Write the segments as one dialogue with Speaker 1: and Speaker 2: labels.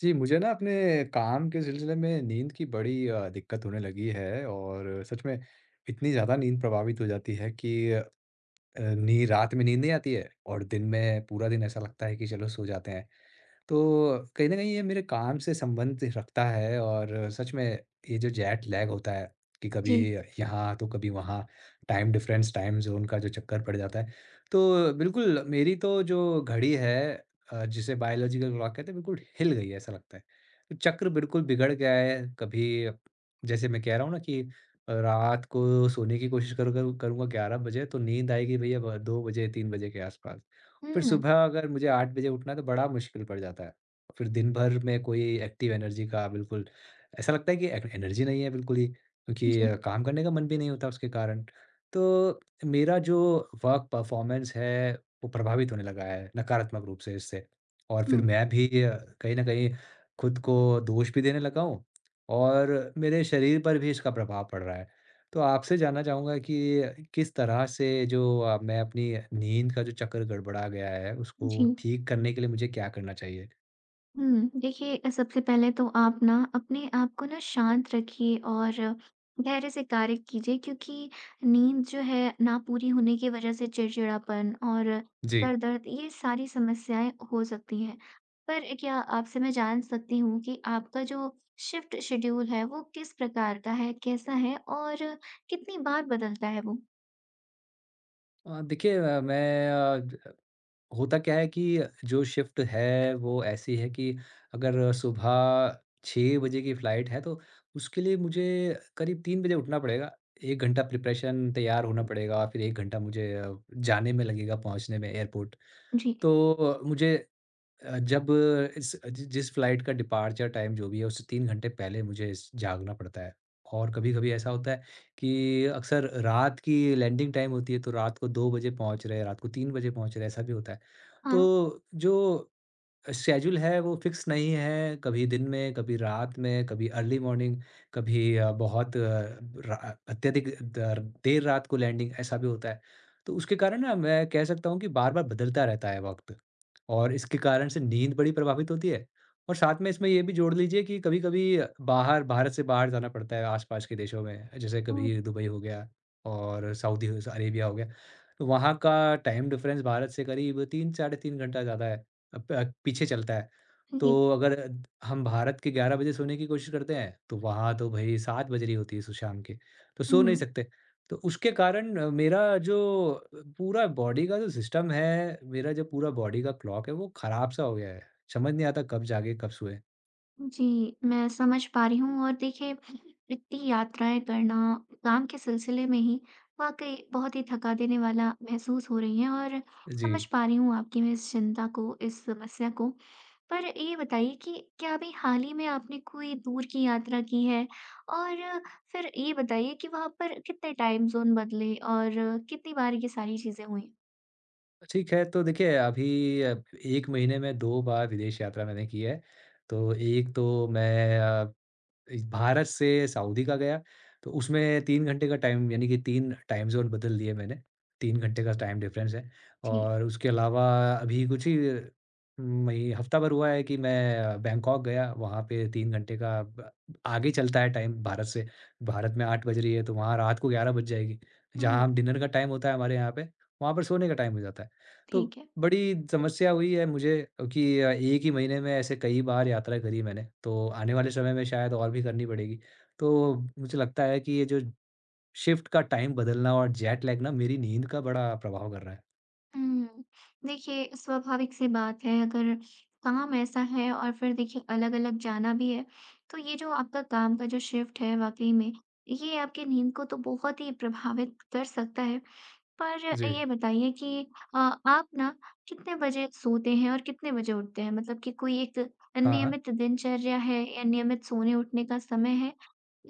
Speaker 1: जी, मुझे ना अपने काम के सिलसिले में नींद की बड़ी दिक्कत होने लगी है और सच में इतनी ज़्यादा नींद प्रभावित हो जाती है कि अ, नी रात में नींद नहीं आती है और दिन में पूरा दिन ऐसा लगता है कि चलो सो जाते हैं। तो कहीं न कहीं ये मेरे काम से संबंध रखता है और सच में ये जो जेट लैग होता है कि कभी
Speaker 2: जी।
Speaker 1: यहाँ तो कभी वहाँ, टाइम डिफ़रेंस, टाइम ज़ोन का जो चक्कर पड़ जाता है। तो बिल्कुल मेरी तो जो घड़ी है, जिसे बायोलॉजिकल क्लॉक कहते हैं बिल्कुल हिल गई है ऐसा लगता है। तो चक्र बिल्कुल बिगड़ गया है, कभी जैसे मैं कह रहा हूँ ना कि रात को सोने की कोशिश करूँ करूँ करूँगा 11 बजे तो नींद आएगी भैया ब 2 बजे 3 बजे के आसपास। फिर
Speaker 2: हुँ।
Speaker 1: सुबह अगर मुझे 8 बजे उठना है तो बड़ा मुश्किल पड़ जाता है। फिर दिन भर में कोई एक्टिव एनर्जी का बिल्कुल ऐसा लगता है कि ए एनर्जी नहीं है बिल्कुल ही क्योंकि
Speaker 2: जी।
Speaker 1: काम करने का मन भी नहीं होता उसके कारण। तो मेरा जो वर्क परफ़ॉर्मेंस है वो प्रभावित होने लगा है नकारात्मक रूप से इससे। और फिर
Speaker 2: हुँ।
Speaker 1: मैं भी कहीं न कहीं खुद को दोष भी देने लगा हूँ और मेरे शरीर पर भी इसका प्रभाव पड़ रहा है। तो आपसे जानना चाहूँगा कि किस तरह से जो मैं अपनी नींद का जो चक्र गड़बड़ा गया है,
Speaker 2: जी।
Speaker 1: उसको ठीक करने के लिए मुझे क्या करना चाहिए?
Speaker 2: हुँ। देखिए सबसे पहले तो आप ना अपने आप को ना शांत रखिए और धैर्य से कार्य कीजिए क्योंकि नींद जो है ना पूरी होने की वज़ह से चिड़चिड़ापन और
Speaker 1: जी।
Speaker 2: सर दर्द ये सारी समस्याएँ हो सकती हैं। पर क्या आपसे मैं जान सकती हूँ कि आपका जो शिफ्ट शेड्यूल है वो किस प्रकार का है, कैसा है और कितनी बार बदलता है वो?
Speaker 1: देखिए मैं अ, ज होता क्या है कि जो शिफ्ट है वो ऐसी है कि अगर सुबह 6 बजे की फ्लाइट है तो उसके लिए मुझे करीब 3 बजे उठना पड़ेगा। 1 घंटा प्रिपरेशन तैयार होना पड़ेगा, फिर 1 घंटा मुझे जाने में लगेगा पहुँचने में एयरपोर्ट।
Speaker 2: जी।
Speaker 1: तो मुझे जब इस जि जिस फ्लाइट का डिपार्चर टाइम जो भी है, उससे 3 घंटे पहले मुझे स जागना पड़ता है। और कभी-कभी ऐसा होता है कि अक्सर रात की लैंडिंग टाइम होती है, तो रात को 2 बजे पहुँच रहे हैं, रात को 3 बजे पहुँच रहे हैं, ऐसा भी होता है।
Speaker 2: हाँ।
Speaker 1: तो जो शेड्यूल है वो फिक्स नहीं है, कभी दिन में, कभी रात में, कभी अर्ली मॉर्निंग, कभी अ, बहुत अ, रा अत्यधिक दर देर रात को लैंडिंग ऐसा भी होता है। तो उसके कारण ना मैं कह सकता हूँ कि बार-बार बदलता रहता है वक़्त और इसके कारण से नींद बड़ी प्रभावित होती है और साथ में इसमें ये भी जोड़ लीजिए कि कभी-कभी बाहर भारत से बाहर जाना पड़ता है आस-पास के देशों में, जैसे
Speaker 2: हुँ।
Speaker 1: कभी दुबई हो गया और सऊदी अरेबिया हो गया। तो वहाँ का टाइम डिफरेंस भारत से करीब 3 साढ़े 3 घंटा ज़्यादा है। पीछे चलता है। तो
Speaker 2: जी।
Speaker 1: अगर द हम भारत के 11 बजे सोने की कोशिश करते हैं, तो वहाँ तो भई 7 बज रही होती है सु शाम के, तो सो नहीं
Speaker 2: हुँ।
Speaker 1: सकते। तो उसके कारण मेरा जो पूरा बॉडी का जो सिस्टम है, मेरा जो पूरा बॉडी का क्लॉक है, वो ख़राब-सा हो गया है। समझ नहीं आता कब जागे, कब सोए।
Speaker 2: जी, मैं समझ पा रही हूँ और देखिए इतनी यात्राएँ करना काम के सिलसिले में ही वाक़ई बहुत ही थका देने वाला महसूस हो रही है और
Speaker 1: जी।
Speaker 2: समझ पा रही हूँ आपकी मैं इस चिंता को, इस समस्या को। पर ये बताइए कि क्या अभी हाल ही में आपने कोई दूर की यात्रा की है? और फिर ये बताइए कि वहाँ पर कितने टाइम ज़ोन बदले और कितनी बार ये सारी चीज़ें हुई?
Speaker 1: ठीक है, तो देखिए अभी 1 महीने में 2 बार विदेश यात्रा मैंने की है। तो एक तो मैं इस भारत से सऊदी का गया, तो उसमें 3 घंटे का टाइम यानी कि 3 टाइम ज़ोन बदल लिए मैंने, 3 घंटे का टाइम डिफ़रेंस है
Speaker 2: जी।
Speaker 1: और उसके अलावा अभी कुछ ही मही हफ़्ता भर हुआ है कि मैं बैंकॉक गया, वहाँ पे 3 घंटे का ब आगे चलता है टाइम भारत से। भारत में 8 बज रही है, तो वहाँ रात को 11 बज जाएगी।
Speaker 2: हुँ,
Speaker 1: जहाँ हम डिनर का टाइम होता है हमारे यहाँ पे, वहाँ पर सोने का टाइम हो जाता है। तो
Speaker 2: ठीक है।
Speaker 1: बड़ी समस्या हुई है मुझे क्योंकि एक ही महीने में ऐसे कई बार यात्रा करी मैंने, तो आने वाले समय में शायद और भी करनी पड़ेगी। तो मुझे लगता है कि ये जो शिफ्ट का टाइम बदलना और जेट लैग ना मेरी नींद का बड़ा प्रभाव कर रहा है।
Speaker 2: हुँ। देखिए, स्वाभाविक सी बात है अगर काम ऐसा है और फिर देखिए अलग-अलग जाना भी है, तो ये जो आपका काम का जो शिफ्ट है वाक़ई में, ये आपकी नींद को तो बहुत ही प्रभावित कर सकता है। पर
Speaker 1: जी,
Speaker 2: ये बताइए कि अ, आप ना कितने बजे सोते हैं और कितने बजे उठते हैं? मतलब कि कोई एक
Speaker 1: हाँ,
Speaker 2: नियमित दिनचर्या है या नियमित सोने-उठने का समय है?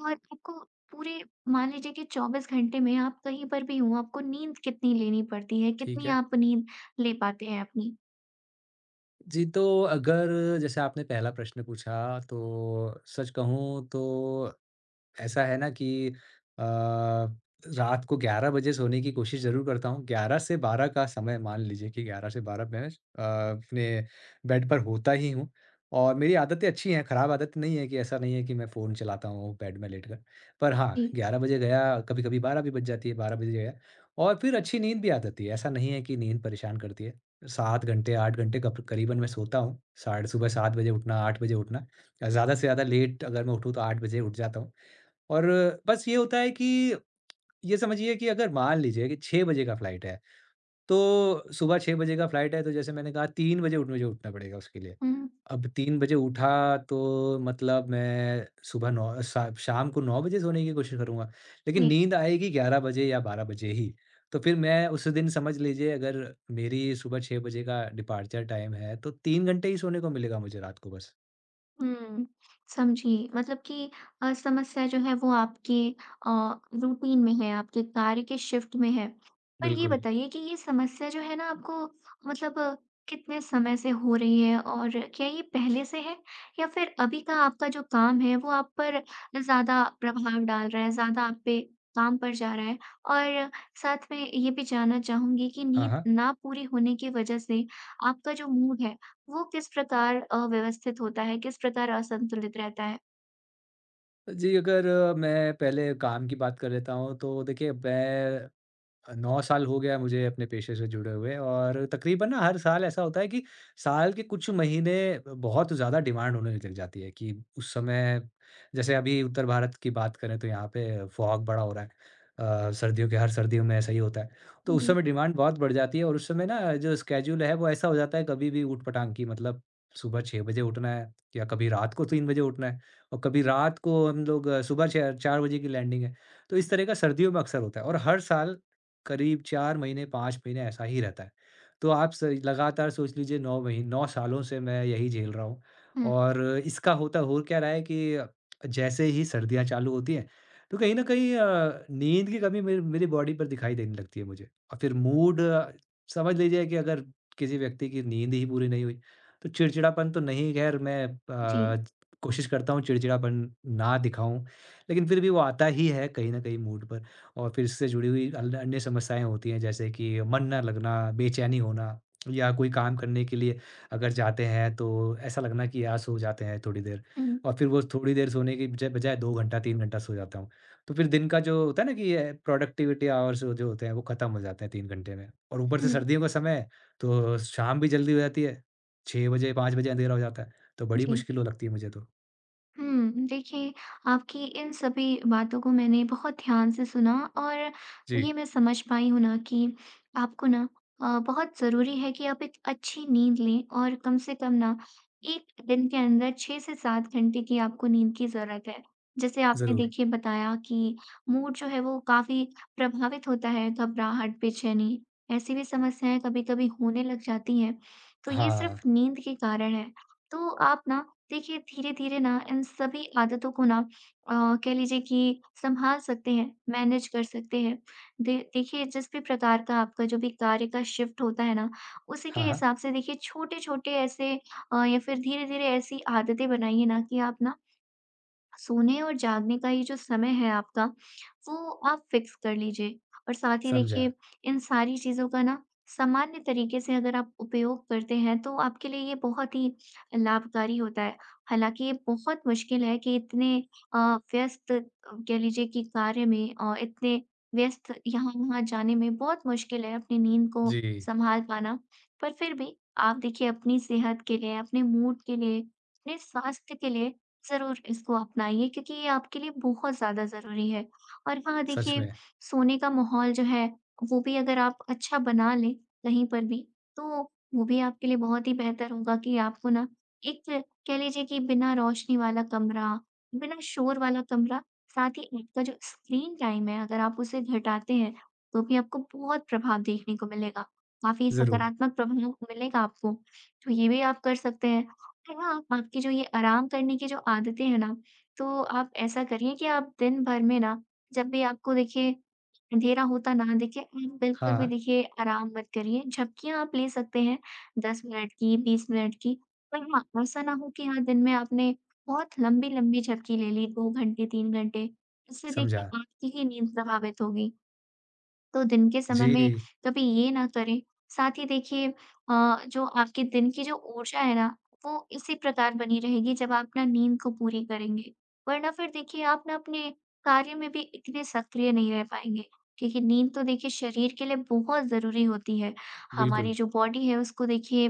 Speaker 2: और आपको पूरे मान लीजिए कि 24 घंटे में आप कहीं पर भी हों, आपको नींद कितनी लेनी पड़ती है?
Speaker 1: ठीक
Speaker 2: कितनी
Speaker 1: है।
Speaker 2: आप नींद ले पाते हैं अपनी?
Speaker 1: जी, तो अगर जैसे आपने पहला प्रश्न पूछा तो सच कहूँ तो ऐसा है ना कि अ, रात को 11 बजे सोने की कोशिश ज़रूर करता हूँ। 11 से 12 का समय मान लीजिए कि 11 से 12 मैं अपने बेड पर होता ही हूँ और मेरी आदतें अच्छी हैं, खराब आदत नहीं है कि ऐसा नहीं है कि मैं फ़ोन चलाता हूँ बेड में लेटकर। पर हाँ,
Speaker 2: जी।
Speaker 1: 11 बजे गया, कभी-कभी 12 भी बज जाती है, 12 बजे गया और फिर अच्छी नींद भी आ जाती है। ऐसा नहीं है कि नींद परेशान करती है। 7 घंटे, 8 घंटे कप करीबन मैं सोता हूँ। साढ़े सुबह 7 बजे उठना, 8 बजे उठना। ज़्यादा से ज़्यादा लेट अगर मैं उठूँ तो 8 बजे उठ जाता हूँ। और बस ये होता है कि ये समझिए कि अगर मान लीजिए कि 6 बजे का फ्लाइट है, तो सुबह 6 बजे का फ्लाइट है, तो जैसे मैंने कहा 3 बजे उठ मुझे उठना पड़ेगा उसके लिए।
Speaker 2: हुँ।
Speaker 1: अब 3 बजे उठा तो मतलब मैं सुबह 9 सा शाम को 9 बजे सोने की कोशिश करूँगा, लेकिन नींद आएगी 11 बजे या 12 बजे ही। तो फिर मैं उस दिन समझ लीजिए अगर मेरी सुबह 6 बजे का डिपार्चर टाइम है, तो 3 घंटे ही सोने को मिलेगा मुझे रात को बस।
Speaker 2: हुँ, समझी। मतलब कि समस्या जो है वो आपके अ, रूटीन में है, आपके कार्य के शिफ्ट में है। पर ये
Speaker 1: बिल्कुल।
Speaker 2: बताइए कि ये समस्या जो है ना आपको मतलब कितने समय से हो रही है और क्या ये पहले से है? या फिर अभी का आपका जो काम है वो आप पर ज़्यादा प्रभाव डाल रहा है, ज़्यादा आप पे काम पड़ जा रहा है? और साथ में ये भी जानना चाहूँगी कि
Speaker 1: हाँ,
Speaker 2: नींद
Speaker 1: हाँ।
Speaker 2: ना पूरी होने की वजह से आपका जो मूड है वो किस प्रकार अव्यवस्थित होता है? किस प्रकार असंतुलित रहता है?
Speaker 1: जी, अगर मैं पहले काम की बात कर लेता हूँ, तो देखिए मैं 9 साल हो गया है मुझे अपने पेशे से जुड़े हुए और तकरीबन ना हर साल ऐसा होता है कि साल के कुछ महीने बहुत ज़्यादा डिमांड होने लग जाती है कि उस समय जैसे अभी उत्तर भारत की बात करें तो यहाँ पे फॉग बड़ा हो रहा है। अ, सर्दियों के हर सर्दियों में ऐसा ही होता है। तो उस
Speaker 2: जी।
Speaker 1: समय डिमांड बहुत बढ़ जाती है और उस समय ना जो स्केड्यूल है वो ऐसा हो जाता है कभी भी ऊट-पटांग की मतलब सुबह 6 बजे उठना है या कभी रात को 3 बजे उठना है और कभी रात को हम लोग सुबह 6 4 बजे की लैंडिंग है। तो इस तरह का सर्दियों में अक्सर होता है और हर साल करीब 4 महीने, 5 महीने ऐसा ही रहता है। तो आप स लगातार सोच लीजिए 9 सालों से मैं यही झेल रहा हूँ
Speaker 2: हुँ,
Speaker 1: और इसका होता हो क्या रहा है कि जैसे ही सर्दियाँ चालू होती हैं, तो कहीं न कहीं नींद की कमी मेरी मेरी बॉडी पर दिखाई देने लगती है मुझे और फिर मूड समझ लीजिए कि अगर किसी व्यक्ति की नींद ही पूरी नहीं हुई, तो चिड़चिड़ापन तो नहीं, खैर मैं
Speaker 2: जी।
Speaker 1: कोशिश करता हूँ चिड़चिड़ापन ना दिखाऊँ, लेकिन फिर भी वो आता ही है कहीं न कहीं मूड पर। और फिर इससे जुड़ी हुई अल अन्य समस्याएँ होती हैं जैसे कि मन ना लगना, बेचैनी होना या कोई काम करने के लिए अगर जाते हैं तो ऐसा लगना कि यार सो जाते हैं थोड़ी देर
Speaker 2: हुँ,
Speaker 1: और फिर वो थोड़ी देर सोने की बजाय 2 घंटा 3 घंटा सो जाता हूँ। तो फिर दिन का जो होता है ना कि ये प्रोडक्टिविटी आवर्स जो होते हैं वो ख़त्म हो जाते हैं 3 घंटे में और ऊपर से
Speaker 2: हुँ।
Speaker 1: सर्दियों का समय है तो शाम भी जल्दी हो जाती है। 6 बजे 5 बजे अँधेरा हो जाता है तो बड़ी
Speaker 2: जी।
Speaker 1: मुश्किल हो लगती है मुझे तो।
Speaker 2: देखिए आपकी इन सभी बातों को मैंने बहुत ध्यान से सुना और ये
Speaker 1: जी,
Speaker 2: मैं समझ पाई हूँ ना कि आपको ना बहुत ज़रूरी है कि आप एक अच्छी नींद लें और कम से कम ना 1 दिन के अंदर 6 से 7 घंटे की आपको नींद की ज़रूरत है। जैसे आपने
Speaker 1: ज़रूर।
Speaker 2: देखिए बताया कि मूड जो है वो काफ़ी प्रभावित होता है, घबराहट, बेचैनी ऐसी भी समस्याएँ कभी-कभी होने लग जाती हैं, तो ये
Speaker 1: हाँ,
Speaker 2: सिर्फ़ नींद के कारण है। तो आप ना देखिए, धीरे-धीरे ना इन सभी आदतों को ना अ, कह लीजिए कि सँभाल सकते हैं, मैनेज कर सकते हैं। दे देखिए, जिस भी प्रकार का आपका जो भी कार्य का शिफ्ट होता है ना, उसी के
Speaker 1: हाँ, हाँ।
Speaker 2: हिसाब से देखिए छोटे-छोटे ऐसे या फिर धीरे-धीरे ऐसी आदतें बनाइए ना कि आप ना सोने और जागने का ये जो समय है आपका, वो आप फ़िक्स कर लीजिए और साथ ही
Speaker 1: समझा।
Speaker 2: देखिए इन सारी चीज़ों का ना सामान्य तरीके से अगर आप उपयोग करते हैं तो आपके लिए ये बहुत ही लाभकारी होता है। हालाँकि ये बहुत मुश्किल है कि इतने अ, व्यस्त कह लीजिए कि कार्य में इतने व्यस्त यहाँ-वहाँ जाने में बहुत मुश्किल है अपनी नींद को
Speaker 1: जी,
Speaker 2: सँभाल पाना। पर फिर भी आप देखिए अपनी सेहत के लिए, अपने मूड के लिए, अपने स्वास्थ्य के लिए ज़रूर इसको अपनाइए क्योंकि ये आपके लिए बहुत ज़्यादा ज़रूरी है। और हाँ,
Speaker 1: सच
Speaker 2: देखिए
Speaker 1: में।
Speaker 2: सोने का माहौल जो है, वो भी अगर आप अच्छा बना लें कहीं पर भी, तो वो भी आपके लिए बहुत ही बेहतर होगा कि आपको ना एक कह लीजिए कि बिना रोशनी वाला कमरा, बिना शोर वाला कमरा, साथ ही आपका जो स्क्रीन टाइम है अगर आप उसे घटाते हैं, तो भी आपको बहुत प्रभाव देखने को मिलेगा। काफ़ी
Speaker 1: ज़रूर।
Speaker 2: सकारात्मक प्रभाव मिलेगा आपको। तो ये भी आप कर सकते हैं। तो हाँ, आपकी जो ये आराम करने की जो आदतें हैं ना, तो आप ऐसा करिए कि आप दिन भर में ना जब भी आपको देखिए अँधेरा होता ना दिखे, आप बिल्कुल भी
Speaker 1: हाँ,
Speaker 2: देखिए आराम मत करिए। झपकियाँ आप ले सकते हैं 10 मिनट की, 20 मिनट की। पर हाँ, ऐसा ना हो कि हाँ, दिन में आपने बहुत लंबी-लंबी झपकी ले ली 2 घंटे, 3 घंटे। इससे देखिए
Speaker 1: समझा।
Speaker 2: आपकी ही नींद प्रभावित होगी। तो दिन के समय में
Speaker 1: जी,
Speaker 2: कभी ये ना करें। साथ ही देखिए जो आपके दिन की जो ऊर्जा है ना, वो इसी प्रकार बनी रहेगी जब आप ना नींद को पूरी करेंगे। वरना फिर देखिए आप ना अपने कार्य में भी इतने सक्रिय नहीं रह पाएँगे, क्योंकि नींद तो देखिए शरीर के लिए बहुत ज़रूरी होती है। हमारी
Speaker 1: बिल्कुल।
Speaker 2: जो बॉडी है उसको देखिए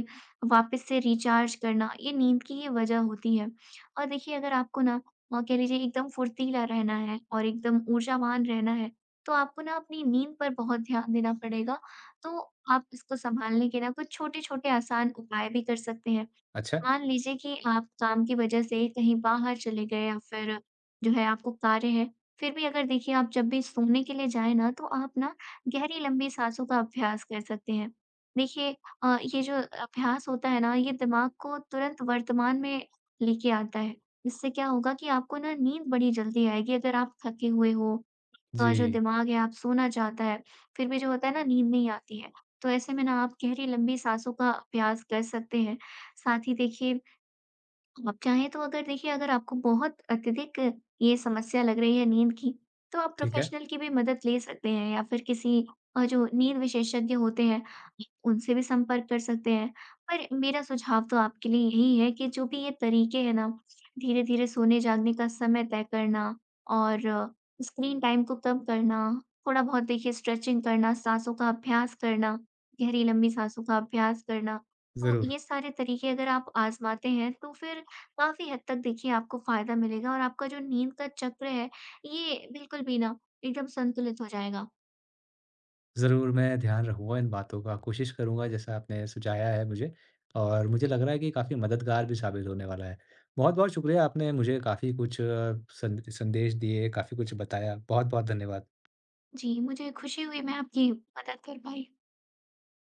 Speaker 2: वापस से रिचार्ज करना, ये नींद की ही वजह होती है। और देखिए अगर आपको ना कह लीजिए एकदम फुर्तीला रहना है और एकदम ऊर्जावान रहना है, तो आपको ना अपनी नींद पर बहुत ध्यान देना पड़ेगा। तो आप इसको सँभालने के ना कुछ छोटे-छोटे आसान उपाय भी कर सकते हैं।
Speaker 1: अच्छा,
Speaker 2: मान लीजिए कि आप काम की वजह से कहीं बाहर चले गए या फिर जो है आपको कार्य है, फिर भी अगर देखिए आप जब भी सोने के लिए जाएँ ना तो आप ना गहरी लंबी साँसों का अभ्यास कर सकते हैं। देखिए ये जो अभ्यास होता है ना ये दिमाग को तुरंत वर्तमान में लेके आता है। इससे क्या होगा कि आपको ना नींद बड़ी जल्दी आएगी अगर आप थके हुए हो जो
Speaker 1: जी,
Speaker 2: दिमाग है आप सोना चाहता है, फिर भी जो होता है ना नींद नहीं आती है। तो ऐसे में ना आप गहरी लंबी साँसों का अभ्यास कर सकते हैं। साथ ही देखिए आप चाहें तो अगर देखिए अगर आपको बहुत अत्यधिक ये समस्या लग रही है नींद की, तो आप
Speaker 1: ठीक है।
Speaker 2: प्रोफ़ेशनल की भी मदद ले सकते हैं या फिर किसी जो नींद विशेषज्ञ होते हैं, उनसे भी संपर्क कर सकते हैं। पर मेरा सुझाव तो आपके लिए यही है कि जो भी ये तरीके हैं ना, धीरे-धीरे सोने-जागने का समय तय करना और स्क्रीन टाइम को कम करना, थोड़ा-बहुत देखिए स्ट्रेचिंग करना, साँसों का अभ्यास करना, गहरी लंबी साँसों का अभ्यास करना, तो
Speaker 1: ज़रूर,
Speaker 2: ये सारे तरीके अगर आप आज़माते हैं, तो फिर काफ़ी हद तक देखिए आपको फ़ायदा मिलेगा और आपका जो नींद का चक्र है, ये बिल्कुल भी ना एकदम संतुलित हो जाएगा।
Speaker 1: ज़रूर मैं ध्यान रखूँगा इन बातों का, कोशिश करूँगा जैसा आपने सुझाया है मुझे और मुझे लग रहा है कि काफ़ी मददगार भी साबित होने वाला है। बहुत-बहुत शुक्रिया, आपने मुझे काफ़ी कुछ सन संदेश दिए, काफ़ी कुछ बताया। बहुत-बहुत धन्यवाद।
Speaker 2: जी, मुझे खुशी हुई मैं आपकी मदद कर पाई।